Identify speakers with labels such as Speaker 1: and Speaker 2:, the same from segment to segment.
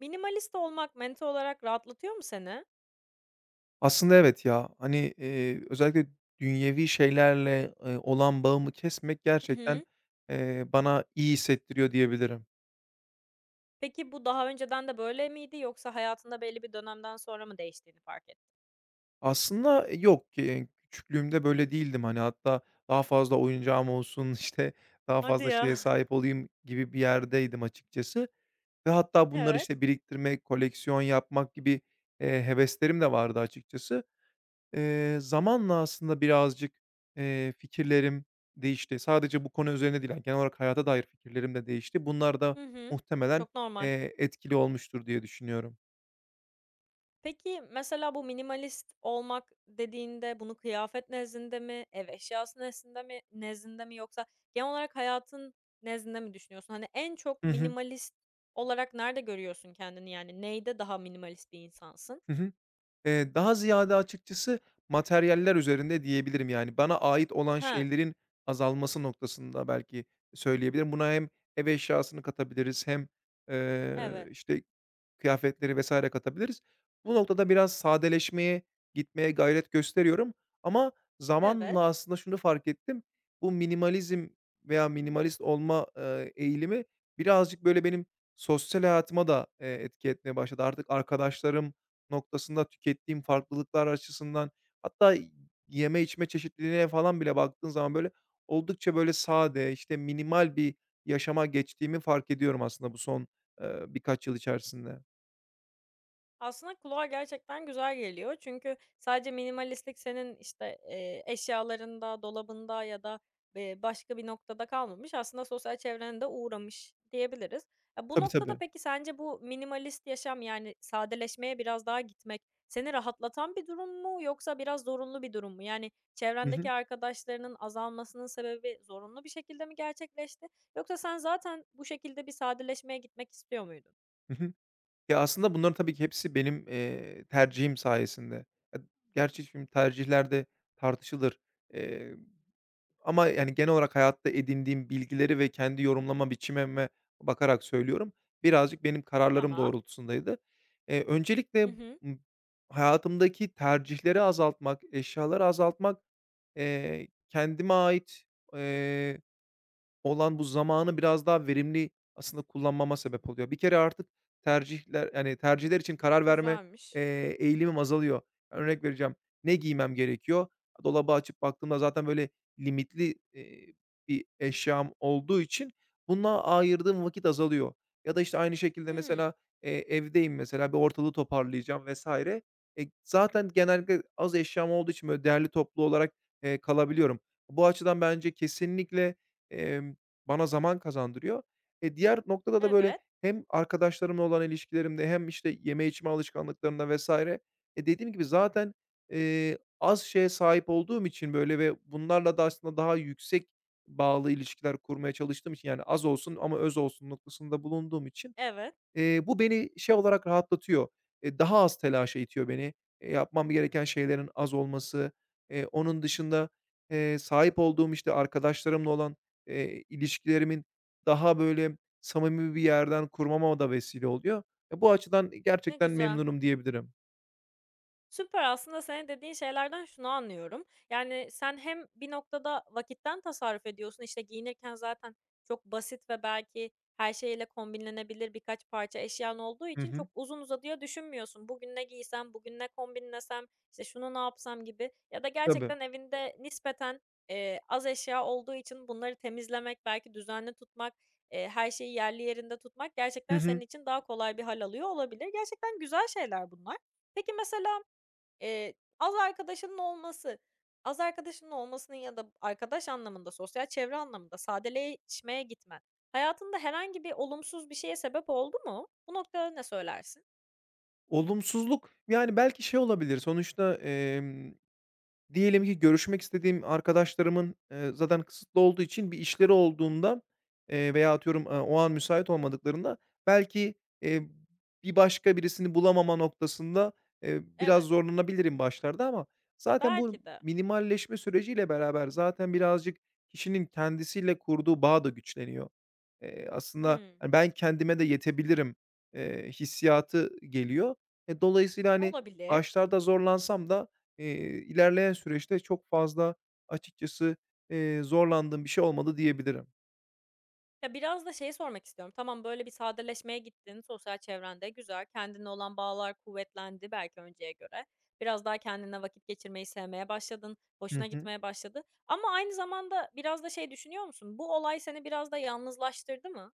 Speaker 1: Minimalist olmak mental olarak rahatlatıyor mu seni?
Speaker 2: Aslında evet ya. Hani, özellikle dünyevi şeylerle, olan bağımı kesmek
Speaker 1: Hı
Speaker 2: gerçekten,
Speaker 1: hı.
Speaker 2: bana iyi hissettiriyor diyebilirim.
Speaker 1: Peki bu daha önceden de böyle miydi yoksa hayatında belli bir dönemden sonra mı değiştiğini fark ettin?
Speaker 2: Aslında yok ki, küçüklüğümde böyle değildim. Hani, hatta daha fazla oyuncağım olsun, işte, daha
Speaker 1: Hadi
Speaker 2: fazla şeye
Speaker 1: ya.
Speaker 2: sahip olayım gibi bir yerdeydim açıkçası ve hatta bunları,
Speaker 1: Evet.
Speaker 2: işte, biriktirmek, koleksiyon yapmak gibi, heveslerim de vardı açıkçası. Zamanla aslında birazcık, fikirlerim değişti. Sadece bu konu üzerine değil, yani, genel olarak hayata dair fikirlerim de değişti. Bunlar da
Speaker 1: Hı hı.
Speaker 2: muhtemelen,
Speaker 1: Çok normal.
Speaker 2: etkili olmuştur diye düşünüyorum.
Speaker 1: Peki mesela bu minimalist olmak dediğinde bunu kıyafet nezdinde mi, ev eşyası nezdinde mi, nezdinde mi yoksa genel olarak hayatın nezdinde mi düşünüyorsun? Hani en çok
Speaker 2: Hı hı.
Speaker 1: minimalist olarak nerede görüyorsun kendini yani? Neyde daha minimalist bir insansın?
Speaker 2: Hı hı. Daha ziyade açıkçası materyaller üzerinde diyebilirim, yani, bana ait olan
Speaker 1: Ha,
Speaker 2: şeylerin azalması noktasında belki söyleyebilirim. Buna hem ev eşyasını katabiliriz hem,
Speaker 1: evet.
Speaker 2: işte kıyafetleri vesaire katabiliriz. Bu noktada biraz sadeleşmeye gitmeye gayret gösteriyorum ama
Speaker 1: Evet.
Speaker 2: zamanla aslında şunu fark ettim. Bu minimalizm veya minimalist olma, eğilimi birazcık, böyle, benim sosyal hayatıma da, etki etmeye başladı. Artık arkadaşlarım noktasında tükettiğim farklılıklar açısından hatta yeme içme çeşitliliğine falan bile baktığın zaman, böyle, oldukça, böyle, sade, işte, minimal bir yaşama geçtiğimi fark ediyorum aslında bu son, birkaç yıl içerisinde.
Speaker 1: Aslında kulağa gerçekten güzel geliyor. Çünkü sadece minimalistlik senin, eşyalarında, dolabında ya da, başka bir noktada kalmamış. Aslında sosyal çevrene de uğramış diyebiliriz. Ya, bu
Speaker 2: Tabii,
Speaker 1: noktada
Speaker 2: tabii.
Speaker 1: peki sence bu minimalist yaşam, yani, sadeleşmeye biraz daha gitmek seni rahatlatan bir durum mu yoksa biraz zorunlu bir durum mu? Yani,
Speaker 2: Hı hı.
Speaker 1: çevrendeki arkadaşlarının azalmasının sebebi zorunlu bir şekilde mi gerçekleşti yoksa sen zaten bu şekilde bir sadeleşmeye gitmek istiyor muydun?
Speaker 2: Hı hı. Ya, aslında bunların tabii ki hepsi benim, tercihim sayesinde. Ya, gerçi şimdi tercihler de tartışılır, eee, ama, yani, genel olarak hayatta edindiğim bilgileri ve kendi yorumlama biçimime bakarak söylüyorum. Birazcık benim kararlarım
Speaker 1: Tamam.
Speaker 2: doğrultusundaydı.
Speaker 1: Hı
Speaker 2: Öncelikle,
Speaker 1: hı.
Speaker 2: ımm, hayatımdaki tercihleri azaltmak, eşyaları azaltmak, kendime ait, eee olan bu zamanı biraz daha verimli aslında kullanmama sebep oluyor. Bir kere artık tercihler, yani, tercihler için karar verme,
Speaker 1: Güzelmiş.
Speaker 2: eğilimim azalıyor. Yani örnek vereceğim, ne giymem gerekiyor? Dolabı açıp baktığımda zaten böyle limitli, bir eşyam olduğu için buna ayırdığım vakit azalıyor. Ya da, işte, aynı şekilde
Speaker 1: Hmm.
Speaker 2: mesela, evdeyim mesela, bir ortalığı toparlayacağım vesaire. Zaten genellikle az eşyam olduğu için böyle derli toplu olarak, kalabiliyorum. Bu açıdan bence kesinlikle, bana zaman kazandırıyor. Diğer noktada da, böyle,
Speaker 1: Evet,
Speaker 2: hem arkadaşlarımla olan ilişkilerimde hem, işte, yeme içme alışkanlıklarımda vesaire. Dediğim gibi zaten, az şeye sahip olduğum için, böyle, ve bunlarla da aslında daha yüksek bağlı ilişkiler kurmaya çalıştığım için, yani, az olsun ama öz olsun noktasında bulunduğum için.
Speaker 1: evet.
Speaker 2: Bu beni şey olarak rahatlatıyor, daha az telaşa itiyor beni. Yapmam gereken şeylerin az olması, onun dışında, sahip olduğum, işte, arkadaşlarımla olan, ilişkilerimin daha böyle samimi bir yerden kurmama da vesile oluyor. Bu açıdan
Speaker 1: Ne
Speaker 2: gerçekten
Speaker 1: güzel.
Speaker 2: memnunum diyebilirim.
Speaker 1: Süper, aslında senin dediğin şeylerden şunu anlıyorum. Yani, sen hem bir noktada vakitten tasarruf ediyorsun, işte, giyinirken zaten çok basit ve belki her şeyle kombinlenebilir birkaç parça eşyan olduğu
Speaker 2: Hı
Speaker 1: için
Speaker 2: hı.
Speaker 1: çok uzun uzadıya düşünmüyorsun. Bugün ne giysem, bugün ne kombinlesem, işte, şunu ne yapsam gibi ya da
Speaker 2: Tabii.
Speaker 1: gerçekten evinde nispeten, az eşya olduğu için bunları temizlemek, belki düzenli tutmak, her şeyi yerli yerinde tutmak
Speaker 2: Hı
Speaker 1: gerçekten senin
Speaker 2: hı.
Speaker 1: için daha kolay bir hal alıyor olabilir. Gerçekten güzel şeyler bunlar. Peki, mesela Eee, az arkadaşının olması, az arkadaşının olmasının ya da arkadaş anlamında, sosyal çevre anlamında sadeleşmeye gitmen, hayatında herhangi bir olumsuz bir şeye sebep oldu mu? Bu noktada ne söylersin?
Speaker 2: Olumsuzluk, yani, belki şey olabilir sonuçta. Diyelim ki görüşmek istediğim arkadaşlarımın, zaten kısıtlı olduğu için bir işleri olduğunda, veya atıyorum, o an müsait olmadıklarında belki, eee, bir başka birisini bulamama noktasında, biraz
Speaker 1: Evet,
Speaker 2: zorlanabilirim başlarda ama zaten bu
Speaker 1: belki de.
Speaker 2: minimalleşme süreciyle beraber zaten birazcık kişinin kendisiyle kurduğu bağ da güçleniyor. Aslında,
Speaker 1: Hımm,
Speaker 2: hani, ben kendime de yetebilirim, hissiyatı geliyor. Dolayısıyla, hani,
Speaker 1: olabilir.
Speaker 2: başlarda zorlansam da ilerleyen süreçte çok fazla açıkçası, zorlandığım bir şey olmadı diyebilirim.
Speaker 1: Ya, biraz da şeyi sormak istiyorum. Tamam, böyle bir sadeleşmeye gittin sosyal çevrende, güzel. Kendine olan bağlar kuvvetlendi belki önceye göre. Biraz daha kendine vakit geçirmeyi sevmeye başladın,
Speaker 2: Hı
Speaker 1: hoşuna
Speaker 2: hı.
Speaker 1: gitmeye başladı ama aynı zamanda biraz da şey düşünüyor musun? Bu olay seni biraz da yalnızlaştırdı mı?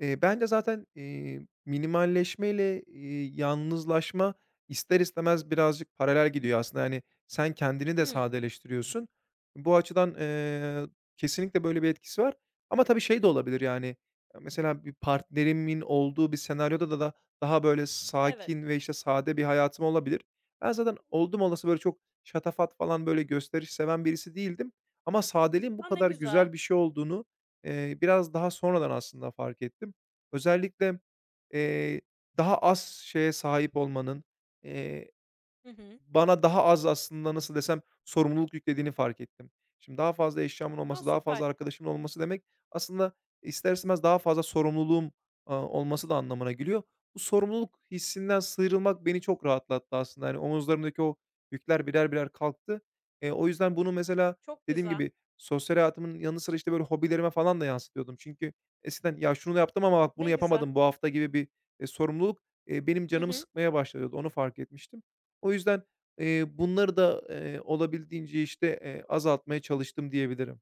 Speaker 2: Bence zaten, minimalleşmeyle, yalnızlaşma ister istemez birazcık paralel gidiyor aslında. Yani sen kendini de
Speaker 1: Hı,
Speaker 2: sadeleştiriyorsun. Bu açıdan, kesinlikle böyle bir etkisi var ama tabii şey de olabilir, yani, mesela bir partnerimin olduğu bir senaryoda da daha böyle
Speaker 1: evet.
Speaker 2: sakin ve, işte, sade bir hayatım olabilir. Ben zaten oldum olası böyle çok şatafat falan, böyle gösteriş seven birisi değildim ama sadeliğin bu
Speaker 1: A, ne
Speaker 2: kadar
Speaker 1: güzel.
Speaker 2: güzel bir şey olduğunu biraz daha sonradan aslında fark ettim. Özellikle, eee, daha az şeye sahip olmanın, eee,
Speaker 1: Hı hı.
Speaker 2: bana daha az aslında nasıl desem sorumluluk yüklediğini fark ettim. Şimdi daha fazla eşyamın
Speaker 1: A,
Speaker 2: olması, daha
Speaker 1: süper.
Speaker 2: fazla arkadaşımın olması demek aslında ister istemez daha fazla sorumluluğum, olması da anlamına geliyor. Bu sorumluluk hissinden sıyrılmak beni çok rahatlattı aslında. Yani omuzlarımdaki o yükler birer birer kalktı. O yüzden bunu mesela
Speaker 1: Çok
Speaker 2: dediğim
Speaker 1: güzel.
Speaker 2: gibi sosyal hayatımın yanı sıra, işte, böyle hobilerime falan da yansıtıyordum. Çünkü eskiden "Ya, şunu da yaptım ama bak bunu
Speaker 1: Ne güzel.
Speaker 2: yapamadım bu hafta." gibi bir, sorumluluk, benim
Speaker 1: Hı
Speaker 2: canımı
Speaker 1: hı.
Speaker 2: sıkmaya başlıyordu. Onu fark etmiştim. O yüzden, bunları da, olabildiğince, işte, azaltmaya çalıştım diyebilirim.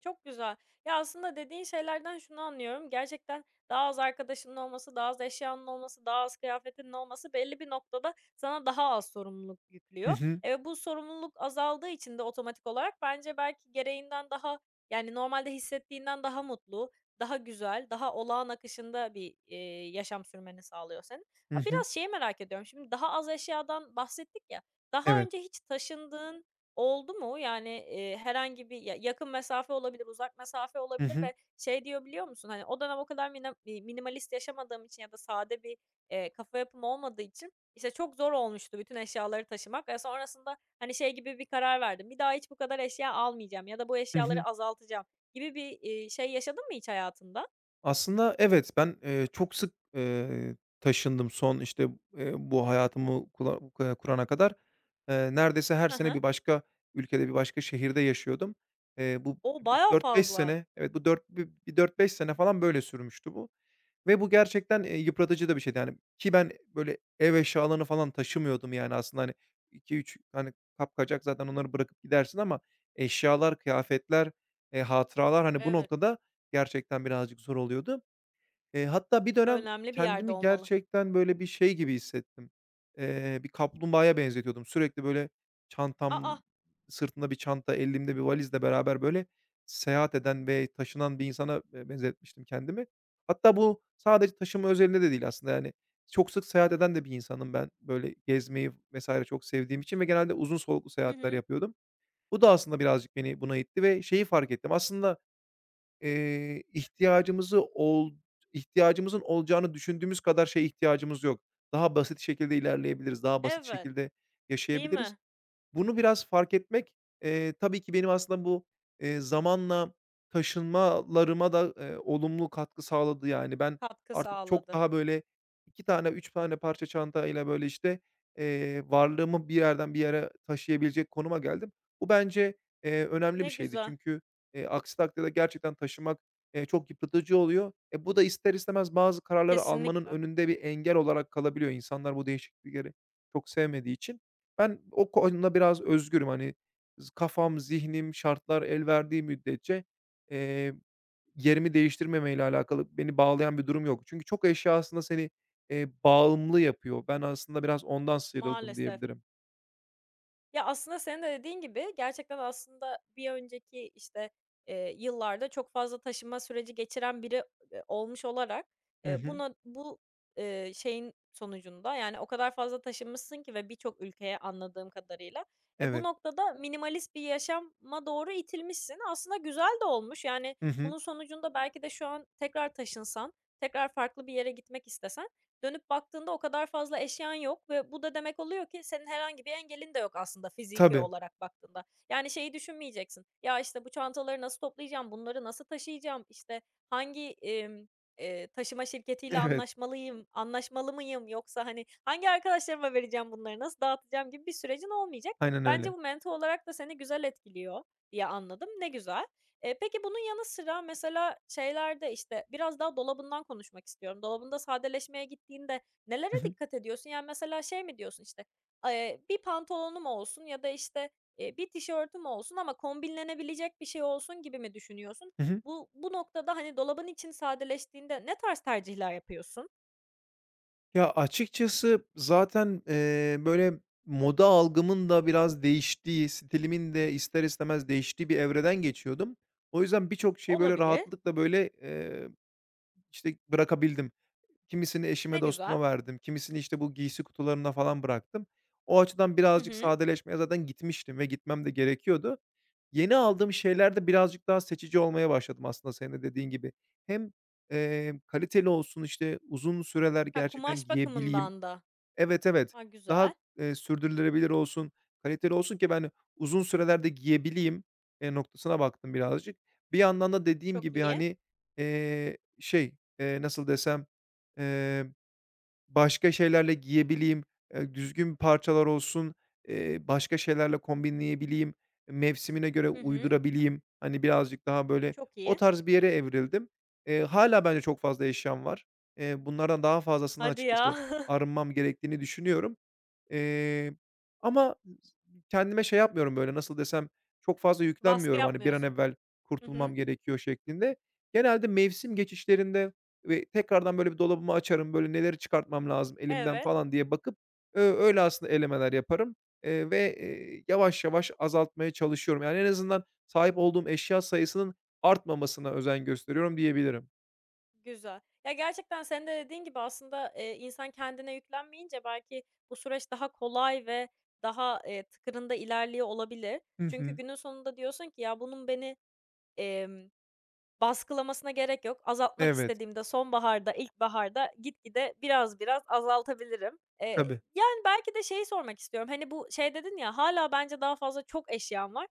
Speaker 1: Çok güzel. Ya, aslında dediğin şeylerden şunu anlıyorum. Gerçekten daha az arkadaşının olması, daha az eşyanın olması, daha az kıyafetinin olması belli bir noktada sana daha az sorumluluk
Speaker 2: Hı
Speaker 1: yüklüyor.
Speaker 2: hı.
Speaker 1: E, ve bu sorumluluk azaldığı için de otomatik olarak bence belki gereğinden daha, yani, normalde hissettiğinden daha mutlu, daha güzel, daha olağan akışında bir yaşam sürmeni sağlıyor senin.
Speaker 2: Hı
Speaker 1: Ya,
Speaker 2: hı.
Speaker 1: biraz şeyi merak ediyorum. Şimdi daha az eşyadan bahsettik ya, daha
Speaker 2: Evet.
Speaker 1: önce hiç taşındığın oldu mu? Yani, herhangi bir ya yakın mesafe olabilir, uzak mesafe
Speaker 2: Hı
Speaker 1: olabilir
Speaker 2: hı.
Speaker 1: ve şey diyor biliyor musun? Hani, o dönem o kadar mina minimalist yaşamadığım için ya da sade bir kafa yapım olmadığı için, işte, çok zor olmuştu bütün eşyaları taşımak ve sonrasında, hani, şey gibi bir karar verdim. Bir daha hiç bu kadar eşya almayacağım ya da bu
Speaker 2: Hı hı.
Speaker 1: eşyaları azaltacağım gibi bir şey yaşadın mı hiç hayatında?
Speaker 2: Aslında evet, ben, çok sık, taşındım son, işte, bu hayatımı kula kurana kadar. Neredeyse her
Speaker 1: Hı
Speaker 2: sene
Speaker 1: hı.
Speaker 2: bir başka ülkede, bir başka şehirde yaşıyordum. Bu
Speaker 1: O, baya
Speaker 2: dört beş
Speaker 1: fazla.
Speaker 2: sene evet, bu dört beş sene falan böyle sürmüştü bu. Ve bu gerçekten, yıpratıcı da bir şeydi, yani, ki ben böyle ev eşyalarını falan taşımıyordum, yani, aslında, hani, iki üç hani, kapkacak zaten onları bırakıp gidersin ama eşyalar, kıyafetler, hatıralar, hani, bu
Speaker 1: Evet.
Speaker 2: noktada gerçekten birazcık zor oluyordu. Hatta bir dönem
Speaker 1: Önemli bir yerde
Speaker 2: kendimi
Speaker 1: olmalı.
Speaker 2: gerçekten böyle bir şey gibi hissettim. Bir kaplumbağaya benzetiyordum. Sürekli böyle çantam
Speaker 1: A, a!
Speaker 2: sırtımda bir çanta, elimde bir valizle beraber böyle seyahat eden ve taşınan bir insana, benzetmiştim kendimi. Hatta bu sadece taşıma özelinde de değil aslında, yani, çok sık seyahat eden de bir insanım ben. Böyle gezmeyi vesaire çok sevdiğim için ve genelde uzun soluklu
Speaker 1: Hı
Speaker 2: seyahatler
Speaker 1: hı.
Speaker 2: yapıyordum. Bu da aslında birazcık beni buna itti ve şeyi fark ettim. Aslında Eee, ihtiyacımızı ol ihtiyacımızın olacağını düşündüğümüz kadar şeye ihtiyacımız yok. Daha basit şekilde ilerleyebiliriz, daha basit
Speaker 1: Evet.
Speaker 2: şekilde
Speaker 1: Değil
Speaker 2: yaşayabiliriz.
Speaker 1: mi?
Speaker 2: Bunu biraz fark etmek, tabii ki benim aslında bu, zamanla taşınmalarıma da, olumlu katkı sağladı. Yani, ben
Speaker 1: Katkı
Speaker 2: artık çok
Speaker 1: sağladı.
Speaker 2: daha, böyle, 2 tane, 3 tane parça çantayla, böyle, işte, varlığımı bir yerden bir yere taşıyabilecek konuma geldim. Bu bence, önemli bir
Speaker 1: Ne
Speaker 2: şeydi.
Speaker 1: güzel.
Speaker 2: Çünkü, aksi takdirde gerçekten taşımak, çok yıpratıcı oluyor. Bu da ister istemez bazı kararları almanın
Speaker 1: Kesinlikle,
Speaker 2: önünde bir engel olarak kalabiliyor. İnsanlar bu değişiklikleri çok sevmediği için. Ben o konuda biraz özgürüm. Hani, kafam, zihnim, şartlar el verdiği müddetçe, eee, yerimi değiştirmemeyle alakalı beni bağlayan bir durum yok. Çünkü çok eşya aslında seni, bağımlı yapıyor. Ben aslında biraz ondan sıyrıldım
Speaker 1: maalesef.
Speaker 2: diyebilirim.
Speaker 1: Ya, aslında senin de dediğin gibi gerçekten aslında bir önceki, işte, yıllarda çok fazla taşınma süreci geçiren biri, olmuş olarak,
Speaker 2: Hı
Speaker 1: eee,
Speaker 2: hı.
Speaker 1: buna bu, şeyin sonucunda, yani, o kadar fazla taşınmışsın ki ve birçok ülkeye anladığım kadarıyla. E, bu
Speaker 2: Evet.
Speaker 1: noktada minimalist bir yaşama doğru itilmişsin. Aslında güzel de olmuş. Yani,
Speaker 2: Hı hı.
Speaker 1: bunun sonucunda belki de şu an tekrar taşınsan, tekrar farklı bir yere gitmek istesen dönüp baktığında o kadar fazla eşyan yok ve bu da demek oluyor ki senin herhangi bir engelin de yok aslında fiziki
Speaker 2: Tabii.
Speaker 1: olarak baktığında. Yani şeyi düşünmeyeceksin. Ya, işte, bu çantaları nasıl toplayacağım, bunları nasıl taşıyacağım, işte, hangi taşıma şirketiyle
Speaker 2: Evet.
Speaker 1: anlaşmalıyım, anlaşmalı mıyım yoksa, hani, hangi arkadaşlarıma vereceğim bunları, nasıl dağıtacağım gibi bir sürecin olmayacak.
Speaker 2: Aynen
Speaker 1: Bence
Speaker 2: öyle.
Speaker 1: bu mental olarak da seni güzel etkiliyor diye anladım. Ne güzel. Peki bunun yanı sıra mesela şeylerde, işte, biraz daha dolabından konuşmak istiyorum. Dolabında sadeleşmeye gittiğinde
Speaker 2: Hı
Speaker 1: nelere
Speaker 2: hı.
Speaker 1: dikkat ediyorsun? Yani mesela şey mi diyorsun, işte, bir pantolonum olsun ya da, işte, bir tişörtüm olsun ama kombinlenebilecek bir şey olsun gibi mi düşünüyorsun?
Speaker 2: Hı hı.
Speaker 1: Bu noktada, hani, dolabın için sadeleştiğinde ne tarz tercihler yapıyorsun?
Speaker 2: Ya, açıkçası zaten, böyle moda algımın da biraz değiştiği, stilimin de ister istemez değiştiği bir evreden geçiyordum. O yüzden birçok şeyi böyle
Speaker 1: Olabilir.
Speaker 2: rahatlıkla böyle, işte, bırakabildim. Kimisini eşime,
Speaker 1: Ne güzel.
Speaker 2: dostuma verdim, kimisini, işte, bu giysi kutularına falan bıraktım. O açıdan
Speaker 1: Hı
Speaker 2: birazcık
Speaker 1: hı.
Speaker 2: sadeleşmeye zaten gitmiştim ve gitmem de gerekiyordu. Yeni aldığım şeylerde birazcık daha seçici olmaya başladım aslında senin de dediğin gibi. Hem, kaliteli olsun, işte, uzun süreler
Speaker 1: Ha,
Speaker 2: gerçekten
Speaker 1: kumaş
Speaker 2: giyebileyim.
Speaker 1: bakımından da.
Speaker 2: Evet, evet.
Speaker 1: A,
Speaker 2: Daha,
Speaker 1: güzel.
Speaker 2: sürdürülebilir olsun, kaliteli olsun ki ben uzun sürelerde giyebileyim, noktasına baktım birazcık. Bir yandan da dediğim
Speaker 1: Çok
Speaker 2: gibi,
Speaker 1: iyi.
Speaker 2: hani, şey, nasıl desem, eee başka şeylerle giyebileyim, düzgün parçalar olsun, başka şeylerle kombinleyebileyim, mevsimine göre
Speaker 1: Hı hı.
Speaker 2: uydurabileyim. Hani, birazcık daha, böyle,
Speaker 1: Çok
Speaker 2: o
Speaker 1: iyi.
Speaker 2: tarz bir yere evrildim. Hâlâ bence çok fazla eşyam var. Bunlardan daha fazlasından
Speaker 1: Hadi ya.
Speaker 2: açıkçası arınmam gerektiğini düşünüyorum. Eee, Ama kendime şey yapmıyorum, böyle, nasıl desem, çok fazla
Speaker 1: Baskı
Speaker 2: yüklenmiyorum, hani, bir an
Speaker 1: yapmıyorsun.
Speaker 2: evvel
Speaker 1: Hı hı.
Speaker 2: kurtulmam gerekiyor şeklinde. Genelde mevsim geçişlerinde ve tekrardan, böyle, bir dolabımı açarım, böyle, neleri çıkartmam lazım elimden
Speaker 1: Evet,
Speaker 2: falan diye bakıp, öyle aslında elemeler yaparım, ve, yavaş yavaş azaltmaya çalışıyorum. Yani, en azından sahip olduğum eşya sayısının artmamasına özen gösteriyorum diyebilirim.
Speaker 1: güzel. Ya, gerçekten senin de dediğin gibi aslında, insan kendine yüklenmeyince belki bu süreç daha kolay ve daha, tıkırında ilerliyor olabilir.
Speaker 2: Hı
Speaker 1: Çünkü
Speaker 2: hı.
Speaker 1: günün sonunda diyorsun ki, "Ya, bunun beni, baskılamasına gerek yok. Azaltmak
Speaker 2: Evet.
Speaker 1: istediğimde sonbaharda, ilkbaharda gitgide biraz azaltabilirim.
Speaker 2: Tabii.
Speaker 1: Yani, belki de şeyi sormak istiyorum, hani, bu şey dedin ya, hala bence daha fazla çok eşyam var.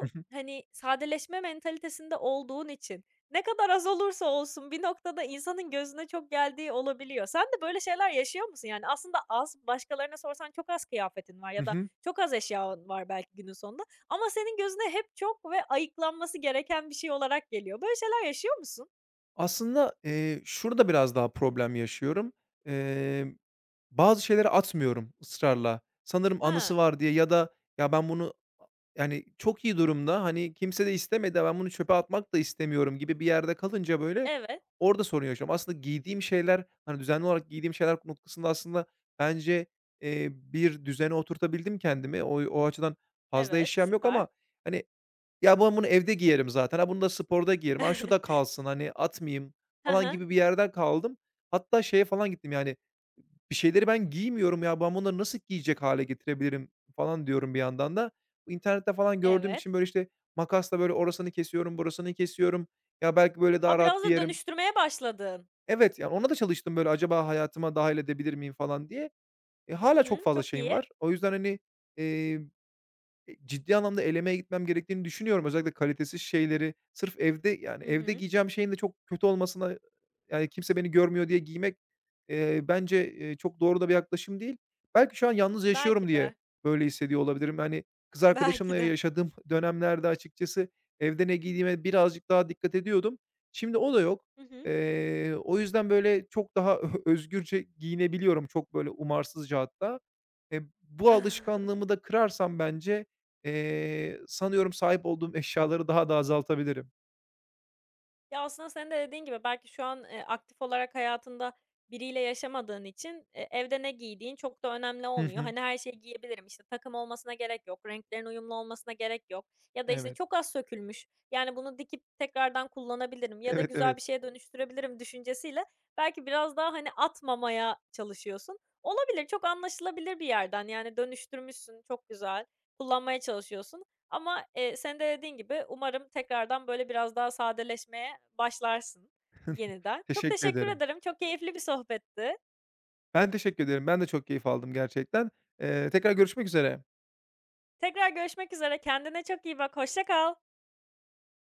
Speaker 2: Hı hı.
Speaker 1: hani, sadeleşme mentalitesinde olduğun için ne kadar az olursa olsun bir noktada insanın gözüne çok geldiği olabiliyor. Sen de böyle şeyler yaşıyor musun? Yani, aslında az, başkalarına sorsan çok az kıyafetin var
Speaker 2: Hı
Speaker 1: ya da
Speaker 2: hı.
Speaker 1: çok az eşyan var belki günün sonunda ama senin gözüne hep çok ve ayıklanması gereken bir şey olarak geliyor. Böyle şeyler yaşıyor musun?
Speaker 2: Aslında, şurada biraz daha problem yaşıyorum. Emm, Bazı şeyleri atmıyorum ısrarla. Sanırım anısı
Speaker 1: Ha,
Speaker 2: var diye ya da ya, ben bunu yani, çok iyi durumda, hani, kimse de istemedi, ben bunu çöpe atmak da istemiyorum gibi bir yerde kalınca, böyle,
Speaker 1: evet,
Speaker 2: orada sorun yaşıyorum. Aslında giydiğim şeyler, hani, düzenli olarak giydiğim şeyler noktasında aslında bence, bir düzene oturtabildim kendimi. O açıdan fazla
Speaker 1: evet,
Speaker 2: eşyam yok
Speaker 1: süper.
Speaker 2: ama, hani, ya, ben bunu evde giyerim zaten. Ha, bunu da sporda giyerim. Ha, şu da kalsın, hani, atmayayım
Speaker 1: Hı
Speaker 2: falan
Speaker 1: hı,
Speaker 2: gibi bir yerden kaldım. Hatta şeye falan gittim, yani, bir şeyleri ben giymiyorum ya, ben bunları nasıl giyecek hale getirebilirim falan diyorum bir yandan da. İnternette falan gördüğüm
Speaker 1: evet.
Speaker 2: için, böyle, işte, makasla, böyle, orasını kesiyorum, burasını kesiyorum. Ya, belki böyle daha
Speaker 1: A,
Speaker 2: rahat
Speaker 1: biraz da
Speaker 2: giyerim.
Speaker 1: dönüştürmeye başladın.
Speaker 2: Evet, yani, ona da çalıştım, böyle, acaba hayatıma dahil edebilir miyim falan diye.
Speaker 1: Hı
Speaker 2: Hâlâ çok
Speaker 1: hı,
Speaker 2: fazla
Speaker 1: çok
Speaker 2: şeyim
Speaker 1: iyi.
Speaker 2: var. O yüzden, hani, eee, ciddi anlamda elemeye gitmem gerektiğini düşünüyorum. Özellikle kalitesiz şeyleri sırf evde, yani,
Speaker 1: Hı
Speaker 2: evde
Speaker 1: hı.
Speaker 2: giyeceğim şeyin de çok kötü olmasına, yani, kimse beni görmüyor diye giymek, bence, çok doğru da bir yaklaşım değil. Belki şu an yalnız yaşıyorum
Speaker 1: Belki
Speaker 2: diye
Speaker 1: de,
Speaker 2: böyle hissediyor olabilirim. Hani, kız arkadaşımla
Speaker 1: belki de.
Speaker 2: yaşadığım dönemlerde açıkçası evde ne giydiğime birazcık daha dikkat ediyordum. Şimdi o da yok.
Speaker 1: Hı hı.
Speaker 2: O yüzden, böyle, çok daha özgürce giyinebiliyorum. Çok, böyle, umarsızca hatta. Bu alışkanlığımı da kırarsam bence, sanıyorum sahip olduğum eşyaları daha da azaltabilirim.
Speaker 1: Ya, aslında senin de dediğin gibi belki şu an, aktif olarak hayatında biriyle yaşamadığın için, evde ne giydiğin çok da önemli
Speaker 2: Hı
Speaker 1: olmuyor.
Speaker 2: hı.
Speaker 1: Hani, her şeyi giyebilirim, işte, takım olmasına gerek yok, renklerin uyumlu olmasına gerek yok ya da, işte,
Speaker 2: Evet.
Speaker 1: çok az sökülmüş, yani, bunu dikip tekrardan kullanabilirim ya da
Speaker 2: Evet,
Speaker 1: güzel
Speaker 2: evet.
Speaker 1: bir şeye dönüştürebilirim düşüncesiyle belki biraz daha, hani, atmamaya çalışıyorsun. Olabilir, çok anlaşılabilir bir yerden, yani, dönüştürmüşsün, çok güzel, kullanmaya çalışıyorsun ama, senin de dediğin gibi umarım tekrardan böyle biraz daha sadeleşmeye başlarsın yeniden. Çok
Speaker 2: Teşekkür
Speaker 1: teşekkür
Speaker 2: ederim.
Speaker 1: ederim. Çok keyifli bir sohbetti.
Speaker 2: Ben teşekkür ederim. Ben de çok keyif aldım gerçekten. Tekrar görüşmek üzere.
Speaker 1: Tekrar görüşmek üzere. Kendine çok iyi bak. Hoşça kal.